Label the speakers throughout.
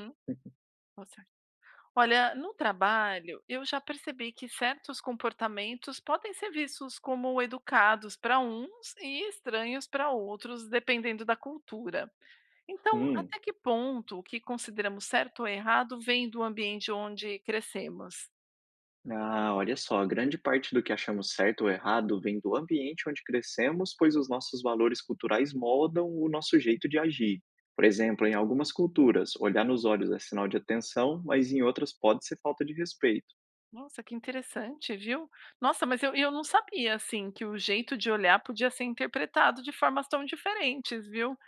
Speaker 1: Hum, tá certo. Olha, no trabalho, eu já percebi que certos comportamentos podem ser vistos como educados para uns e estranhos para outros, dependendo da cultura. Então,
Speaker 2: Hum,
Speaker 1: até que ponto o que consideramos certo ou errado vem do ambiente onde crescemos?
Speaker 2: olha só, grande parte do que achamos certo ou errado vem do ambiente onde crescemos, pois os nossos valores culturais moldam o nosso jeito de agir. Por exemplo, em algumas culturas, olhar nos olhos é sinal de atenção, mas em outras pode ser falta de respeito.
Speaker 1: Nossa, que interessante, viu? Nossa, mas eu não sabia, assim, que o jeito de olhar podia ser interpretado de formas tão diferentes, viu?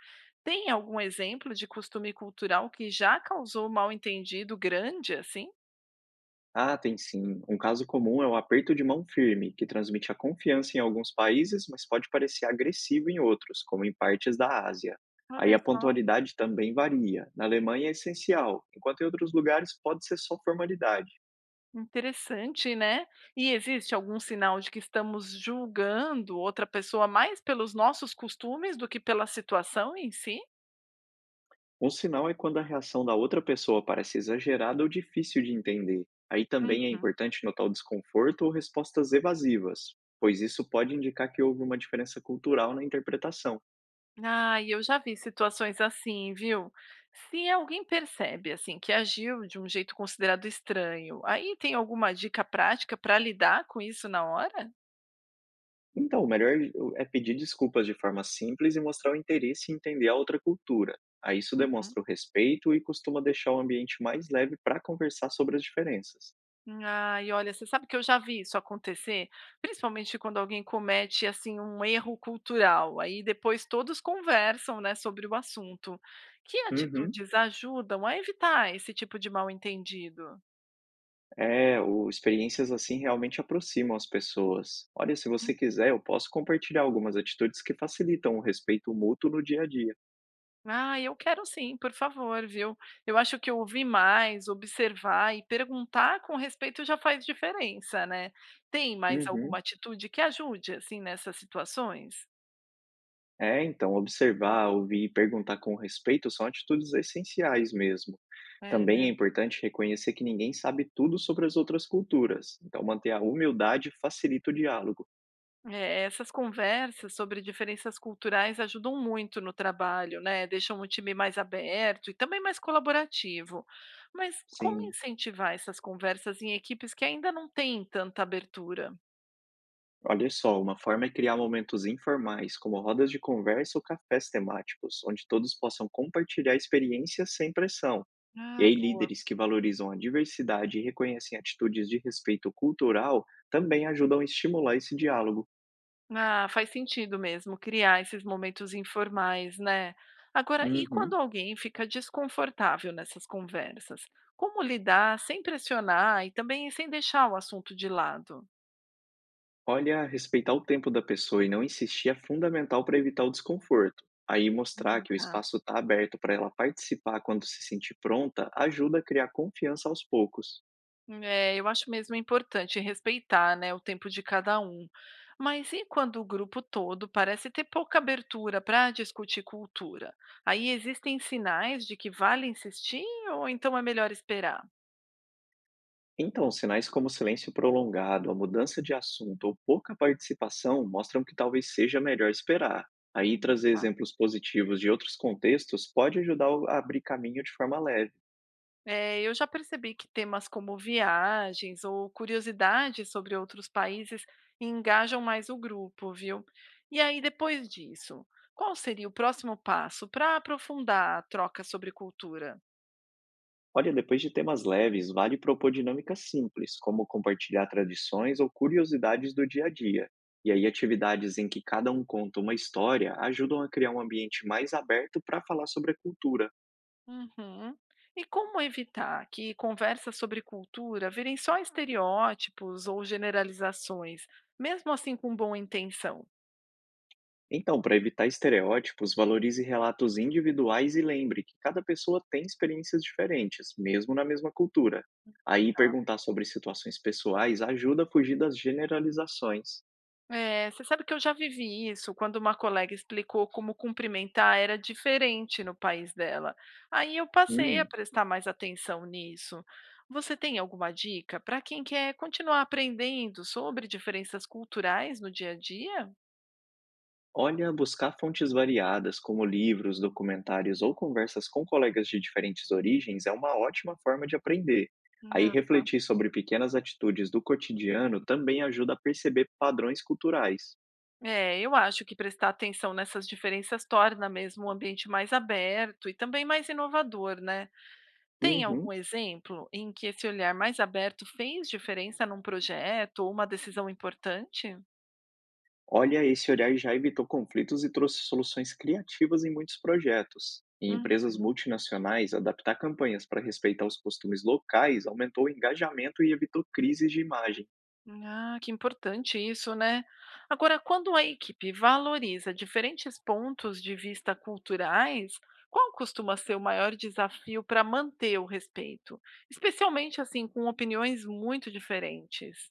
Speaker 1: Tem algum exemplo de costume cultural que já causou mal-entendido grande, assim?
Speaker 2: Ah, tem sim. Um caso comum é o aperto de mão firme, que transmite a confiança em alguns países, mas pode parecer agressivo em outros, como em partes da Ásia. Aí
Speaker 1: Olha
Speaker 2: a
Speaker 1: só,
Speaker 2: pontualidade também varia. Na Alemanha é essencial, enquanto em outros lugares pode ser só formalidade.
Speaker 1: interessante, né? E existe algum sinal de que estamos julgando outra pessoa mais pelos nossos costumes do que pela situação em si?
Speaker 2: Um sinal é quando a reação da outra pessoa parece exagerada ou difícil de entender. Aí também é
Speaker 1: Uhum.
Speaker 2: importante notar o desconforto ou respostas evasivas, pois isso pode indicar que houve uma diferença cultural na interpretação.
Speaker 1: Ah, e eu já vi situações assim, viu? Se alguém percebe assim que agiu de um jeito considerado estranho, aí tem alguma dica prática para lidar com isso na hora?
Speaker 2: Então, o melhor é pedir desculpas de forma simples e mostrar o interesse em entender a outra cultura. Aí isso demonstra o respeito e costuma deixar o ambiente mais leve para conversar sobre as diferenças.
Speaker 1: Ai, olha, você sabe que eu já vi isso acontecer, principalmente quando alguém comete assim um erro cultural. Aí depois todos conversam, né, sobre o assunto. Que
Speaker 2: Uhum.
Speaker 1: atitudes ajudam a evitar esse tipo de mal-entendido?
Speaker 2: É, o experiências assim realmente aproximam as pessoas. Olha, se você
Speaker 1: Hum,
Speaker 2: quiser, eu posso compartilhar algumas atitudes que facilitam o respeito mútuo no dia a dia.
Speaker 1: Ah, eu quero sim, por favor, viu? Eu acho que ouvir mais, observar e perguntar com respeito já faz diferença, né? Tem mais alguma
Speaker 2: Uhum.
Speaker 1: atitude que ajude assim nessas situações?
Speaker 2: É, então, observar, ouvir e perguntar com respeito são atitudes essenciais mesmo.
Speaker 1: É,
Speaker 2: Também
Speaker 1: né?
Speaker 2: é importante reconhecer que ninguém sabe tudo sobre as outras culturas, então manter a humildade facilita o diálogo.
Speaker 1: É, essas conversas sobre diferenças culturais ajudam muito no trabalho, né? Deixam o time mais aberto e também mais colaborativo. Mas como
Speaker 2: Sim.
Speaker 1: incentivar essas conversas em equipes que ainda não têm tanta abertura?
Speaker 2: Olha só, uma forma é criar momentos informais, como rodas de conversa ou cafés temáticos, onde todos possam compartilhar experiências sem pressão. E
Speaker 1: Ah,
Speaker 2: aí,
Speaker 1: boa.
Speaker 2: líderes que valorizam a diversidade e reconhecem atitudes de respeito cultural também ajudam a estimular esse diálogo.
Speaker 1: Ah, faz sentido mesmo criar esses momentos informais, né? Agora, e quando
Speaker 2: Uhum.
Speaker 1: alguém fica desconfortável nessas conversas? Como lidar sem pressionar e também sem deixar o assunto de lado?
Speaker 2: Olha, respeitar o tempo da pessoa e não insistir é fundamental para evitar o desconforto. Aí, mostrar que o
Speaker 1: Tá.
Speaker 2: espaço está aberto para ela participar quando se sentir pronta ajuda a criar confiança aos poucos.
Speaker 1: É, eu acho mesmo importante respeitar, né, o tempo de cada um. Mas e quando o grupo todo parece ter pouca abertura para discutir cultura? Aí existem sinais de que vale insistir ou então é melhor esperar?
Speaker 2: Então, sinais como silêncio prolongado, a mudança de assunto ou pouca participação mostram que talvez seja melhor esperar. Aí,
Speaker 1: Hum.
Speaker 2: trazer exemplos positivos de outros contextos pode ajudar a abrir caminho de forma leve.
Speaker 1: É, eu já percebi que temas como viagens ou curiosidades sobre outros países engajam mais o grupo, viu? E aí, depois disso, qual seria o próximo passo para aprofundar a troca sobre cultura?
Speaker 2: Olha, depois de temas leves, vale propor dinâmicas simples, como compartilhar tradições ou curiosidades do dia a dia. E aí, atividades em que cada um conta uma história ajudam a criar um ambiente mais aberto para falar sobre a cultura.
Speaker 1: Uhum. E como evitar que conversas sobre cultura virem só estereótipos ou generalizações, mesmo assim com boa intenção?
Speaker 2: Então, para evitar estereótipos, valorize relatos individuais e lembre que cada pessoa tem experiências diferentes, mesmo na mesma cultura. Aí,
Speaker 1: Tá.
Speaker 2: perguntar sobre situações pessoais ajuda a fugir das generalizações.
Speaker 1: É, você sabe que eu já vivi isso quando uma colega explicou como cumprimentar era diferente no país dela. Aí eu passei a
Speaker 2: Hum,
Speaker 1: prestar mais atenção nisso. Você tem alguma dica para quem quer continuar aprendendo sobre diferenças culturais no dia a dia?
Speaker 2: olha, buscar fontes variadas, como livros, documentários ou conversas com colegas de diferentes origens, é uma ótima forma de aprender. Aí,
Speaker 1: Ah, tá.
Speaker 2: refletir sobre pequenas atitudes do cotidiano também ajuda a perceber padrões culturais.
Speaker 1: É, eu acho que prestar atenção nessas diferenças torna mesmo o ambiente mais aberto e também mais inovador, né? Tem algum
Speaker 2: Uhum.
Speaker 1: exemplo em que esse olhar mais aberto fez diferença num projeto ou uma decisão importante?
Speaker 2: Olha, esse olhar já evitou conflitos e trouxe soluções criativas em muitos projetos. Em empresas
Speaker 1: Uhum.
Speaker 2: multinacionais, adaptar campanhas para respeitar os costumes locais aumentou o engajamento e evitou crises de imagem.
Speaker 1: Ah, que importante isso, né? Agora, quando a equipe valoriza diferentes pontos de vista culturais, qual costuma ser o maior desafio para manter o respeito? Especialmente assim, com opiniões muito diferentes.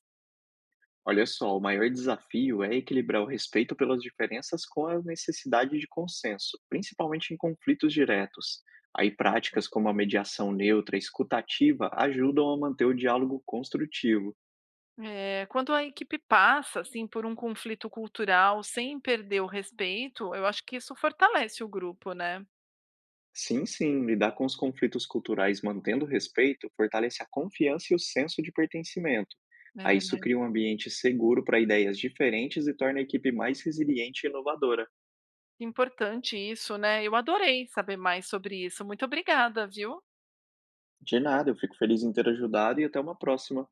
Speaker 2: Olha só, o maior desafio é equilibrar o respeito pelas diferenças com a necessidade de consenso, principalmente em conflitos diretos. Aí, práticas como a mediação neutra e escutativa ajudam a manter o diálogo construtivo.
Speaker 1: É, quando a equipe passa assim por um conflito cultural sem perder o respeito, eu acho que isso fortalece o grupo, né?
Speaker 2: Sim, sim, lidar com os conflitos culturais mantendo o respeito fortalece a confiança e o senso de pertencimento. Aí
Speaker 1: É, né?
Speaker 2: isso cria um ambiente seguro para ideias diferentes e torna a equipe mais resiliente e inovadora.
Speaker 1: Importante isso, né? Eu adorei saber mais sobre isso. Muito obrigada, viu?
Speaker 2: De nada, eu fico feliz em ter ajudado e até uma próxima.